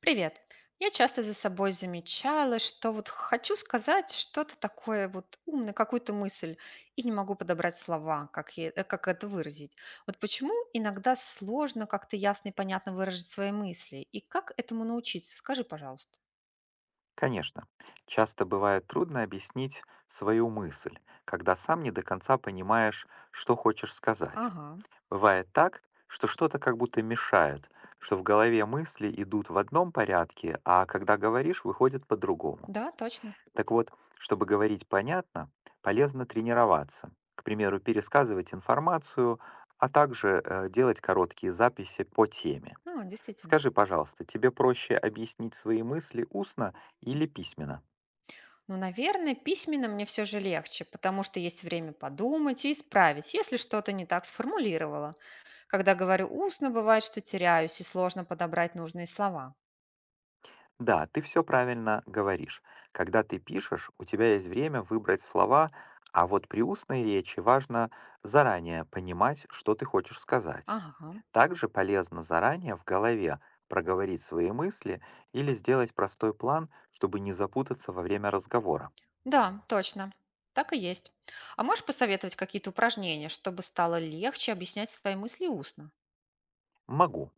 Привет. Я часто за собой замечала, что вот хочу сказать что-то такое вот умное, какую-то мысль, и не могу подобрать слова, как, как это выразить. Вот почему иногда сложно как-то ясно и понятно выразить свои мысли, и как этому научиться? Скажи, пожалуйста. Конечно, часто бывает трудно объяснить свою мысль, когда сам не до конца понимаешь, что хочешь сказать. Ага, Бывает так, что что-то как будто мешает, что в голове мысли идут в одном порядке, а когда говоришь, выходят по-другому. да, точно. Так вот, чтобы говорить понятно, полезно тренироваться. К примеру, пересказывать информацию, а также делать короткие записи по теме. Ну, действительно. Скажи, пожалуйста, тебе проще объяснить свои мысли устно или письменно? Ну, наверное, письменно мне все же легче, потому что есть время подумать и исправить, если что-то не так сформулировала. Когда говорю устно, бывает, что теряюсь и сложно подобрать нужные слова. Да, ты все правильно говоришь. Когда ты пишешь, у тебя есть время выбрать слова, а вот при устной речи важно заранее понимать, что ты хочешь сказать. Ага. Также полезно заранее в голове проговорить свои мысли или сделать простой план, чтобы не запутаться во время разговора. Да, точно. Так и есть. А можешь посоветовать какие-то упражнения, чтобы стало легче объяснять свои мысли устно? Могу.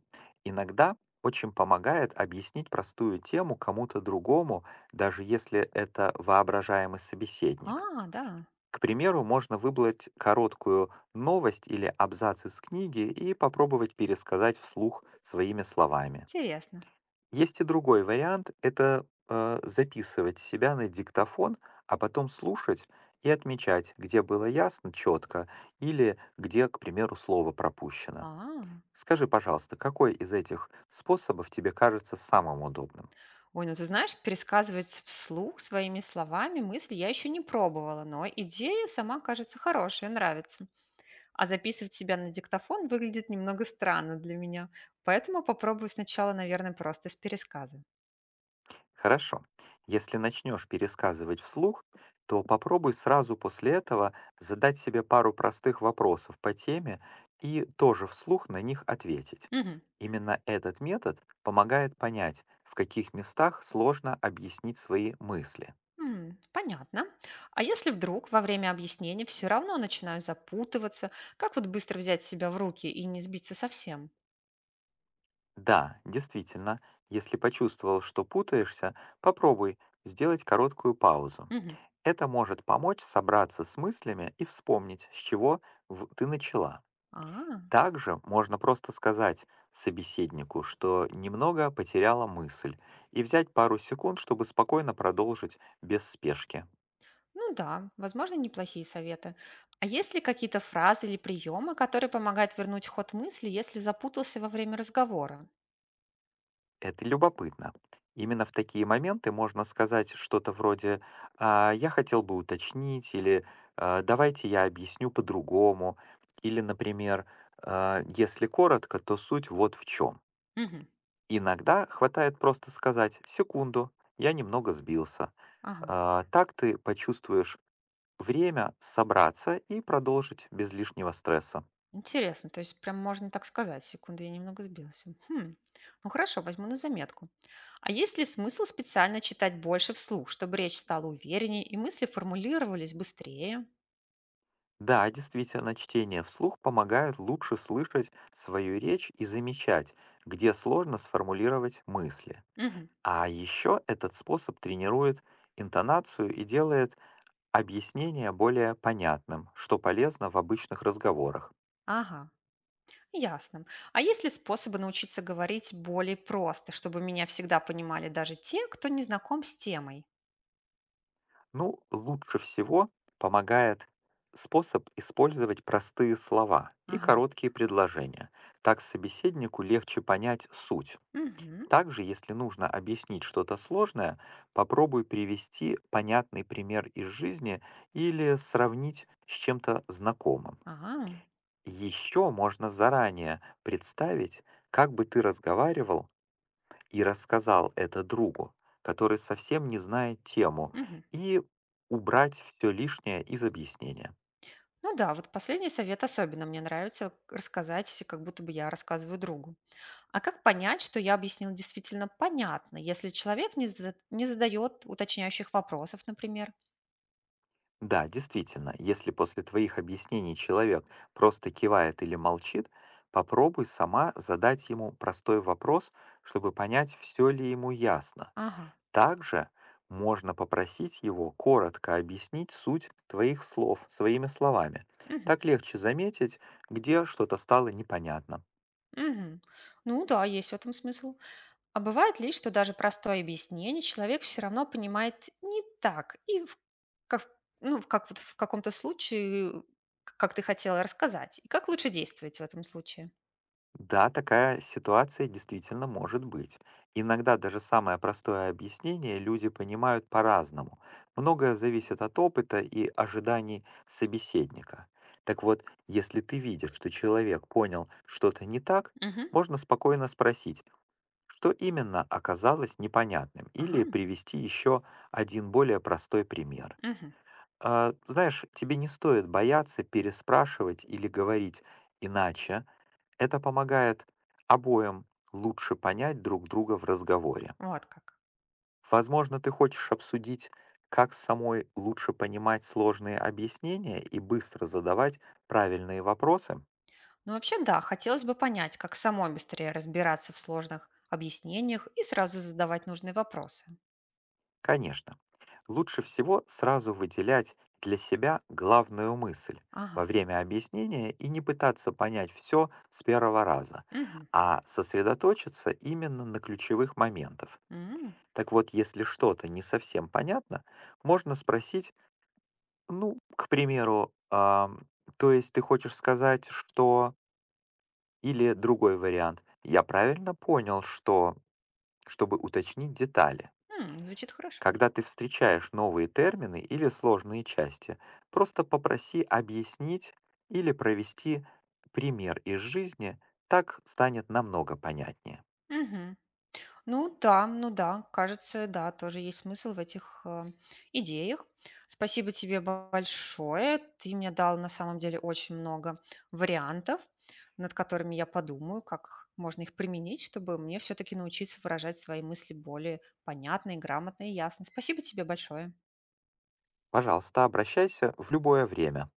Иногда очень помогает объяснить простую тему кому-то другому, даже если это воображаемый собеседник. А, да. К примеру, можно выбрать короткую новость или абзац из книги и попробовать пересказать вслух своими словами. Интересно. Есть и другой вариант — это записывать себя на диктофон, а потом слушать и отмечать, где было ясно, четко, или где, к примеру, слово пропущено. А. Скажи, пожалуйста, какой из этих способов тебе кажется самым удобным? Ой, ну ты знаешь, пересказывать вслух своими словами мысли я еще не пробовала, но идея сама кажется хорошая, нравится. А записывать себя на диктофон выглядит немного странно для меня. Поэтому попробую сначала, наверное, просто с пересказа. Хорошо. Если начнешь пересказывать вслух, то попробуй сразу после этого задать себе пару простых вопросов по теме и тоже вслух на них ответить. Мгм. Именно этот метод помогает понять, в каких местах сложно объяснить свои мысли. М, понятно. А если вдруг во время объяснения все равно начинаю запутываться, как вот быстро взять себя в руки и не сбиться совсем? Да, действительно, если почувствовал, что путаешься, попробуй сделать короткую паузу. Мгм. Это может помочь собраться с мыслями и вспомнить, с чего ты начала. А, Также можно просто сказать собеседнику, что немного потеряла мысль, и взять пару секунд, чтобы спокойно продолжить без спешки. ну да, возможно, неплохие советы. А есть ли какие-то фразы или приемы, которые помогают вернуть ход мысли, если запутался во время разговора? Это любопытно. Именно в такие моменты можно сказать что-то вроде «я хотел бы уточнить» или «давайте я объясню по-другому» или, например, «если коротко, то суть вот в чем». Мгм. Иногда хватает просто сказать «секунду, я немного сбился». Ага. Так ты почувствуешь время собраться и продолжить без лишнего стресса. Интересно, то есть прям можно так сказать. Секунду, я немного сбилась. Хм. Ну хорошо, возьму на заметку. А есть ли смысл специально читать больше вслух, чтобы речь стала увереннее и мысли формулировались быстрее? Да, действительно, чтение вслух помогает лучше слышать свою речь и замечать, где сложно сформулировать мысли. Мгм. А еще этот способ тренирует интонацию и делает объяснение более понятным, что полезно в обычных разговорах. Ага, ясно. А есть ли способы научиться говорить более просто, чтобы меня всегда понимали даже те, кто не знаком с темой? Ну, лучше всего помогает способ использовать простые слова и Ага. короткие предложения. Так собеседнику легче понять суть. Мгм. Также, если нужно объяснить что-то сложное, попробуй привести понятный пример из жизни или сравнить с чем-то знакомым. Ага. Еще можно заранее представить, как бы ты разговаривал и рассказал это другу, который совсем не знает тему, Мгм. и убрать все лишнее из объяснения. Ну да, вот последний совет особенно мне нравится рассказать, как будто бы я рассказываю другу. А как понять, что я объяснил действительно понятно, если человек не, не задает уточняющих вопросов, например? Да, действительно, если после твоих объяснений человек просто кивает или молчит, попробуй сама задать ему простой вопрос, чтобы понять, все ли ему ясно. Ага. Также можно попросить его коротко объяснить суть твоих слов своими словами. Мгм. Так легче заметить, где что-то стало непонятно. Мгм. Ну да, есть в этом смысл. А бывает ли, что даже простое объяснение человек все равно понимает не так, и в, как, ну, в как вот в каком-то случае, как ты хотела рассказать, и как лучше действовать в этом случае? Да, такая ситуация действительно может быть. Иногда даже самое простое объяснение люди понимают по-разному. Многое зависит от опыта и ожиданий собеседника. Так вот, если ты видишь, что человек понял что-то не так, Мгм. можно спокойно спросить, что именно оказалось непонятным, или Ага. привести еще один более простой пример. Мгм. Знаешь, тебе не стоит бояться переспрашивать или говорить иначе, это помогает обоим лучше понять друг друга в разговоре. Вот как. Возможно, ты хочешь обсудить, как самой лучше понимать сложные объяснения и быстро задавать правильные вопросы? Ну вообще да, хотелось бы понять, как самой быстрее разбираться в сложных объяснениях и сразу задавать нужные вопросы. Конечно. Лучше всего сразу выделять для себя главную мысль во Ага. время объяснения и не пытаться понять все с первого раза, Мгм. а сосредоточиться именно на ключевых моментах. М. Так вот, если что-то не совсем понятно, можно спросить, ну, к примеру, то есть ты хочешь сказать, что или другой вариант. Я правильно понял, что чтобы уточнить детали, М, звучит хорошо. когда ты встречаешь новые термины или сложные части, просто попроси объяснить или провести пример из жизни, так станет намного понятнее. Мгм. Ну да, ну да, кажется, да, тоже есть смысл в этих идеях. Спасибо тебе большое. Ты мне дал на самом деле очень много вариантов, над которыми я подумаю, как можно их применить, чтобы мне все-таки научиться выражать свои мысли более понятно и грамотно и ясно. Спасибо тебе большое. Пожалуйста, обращайся в любое время.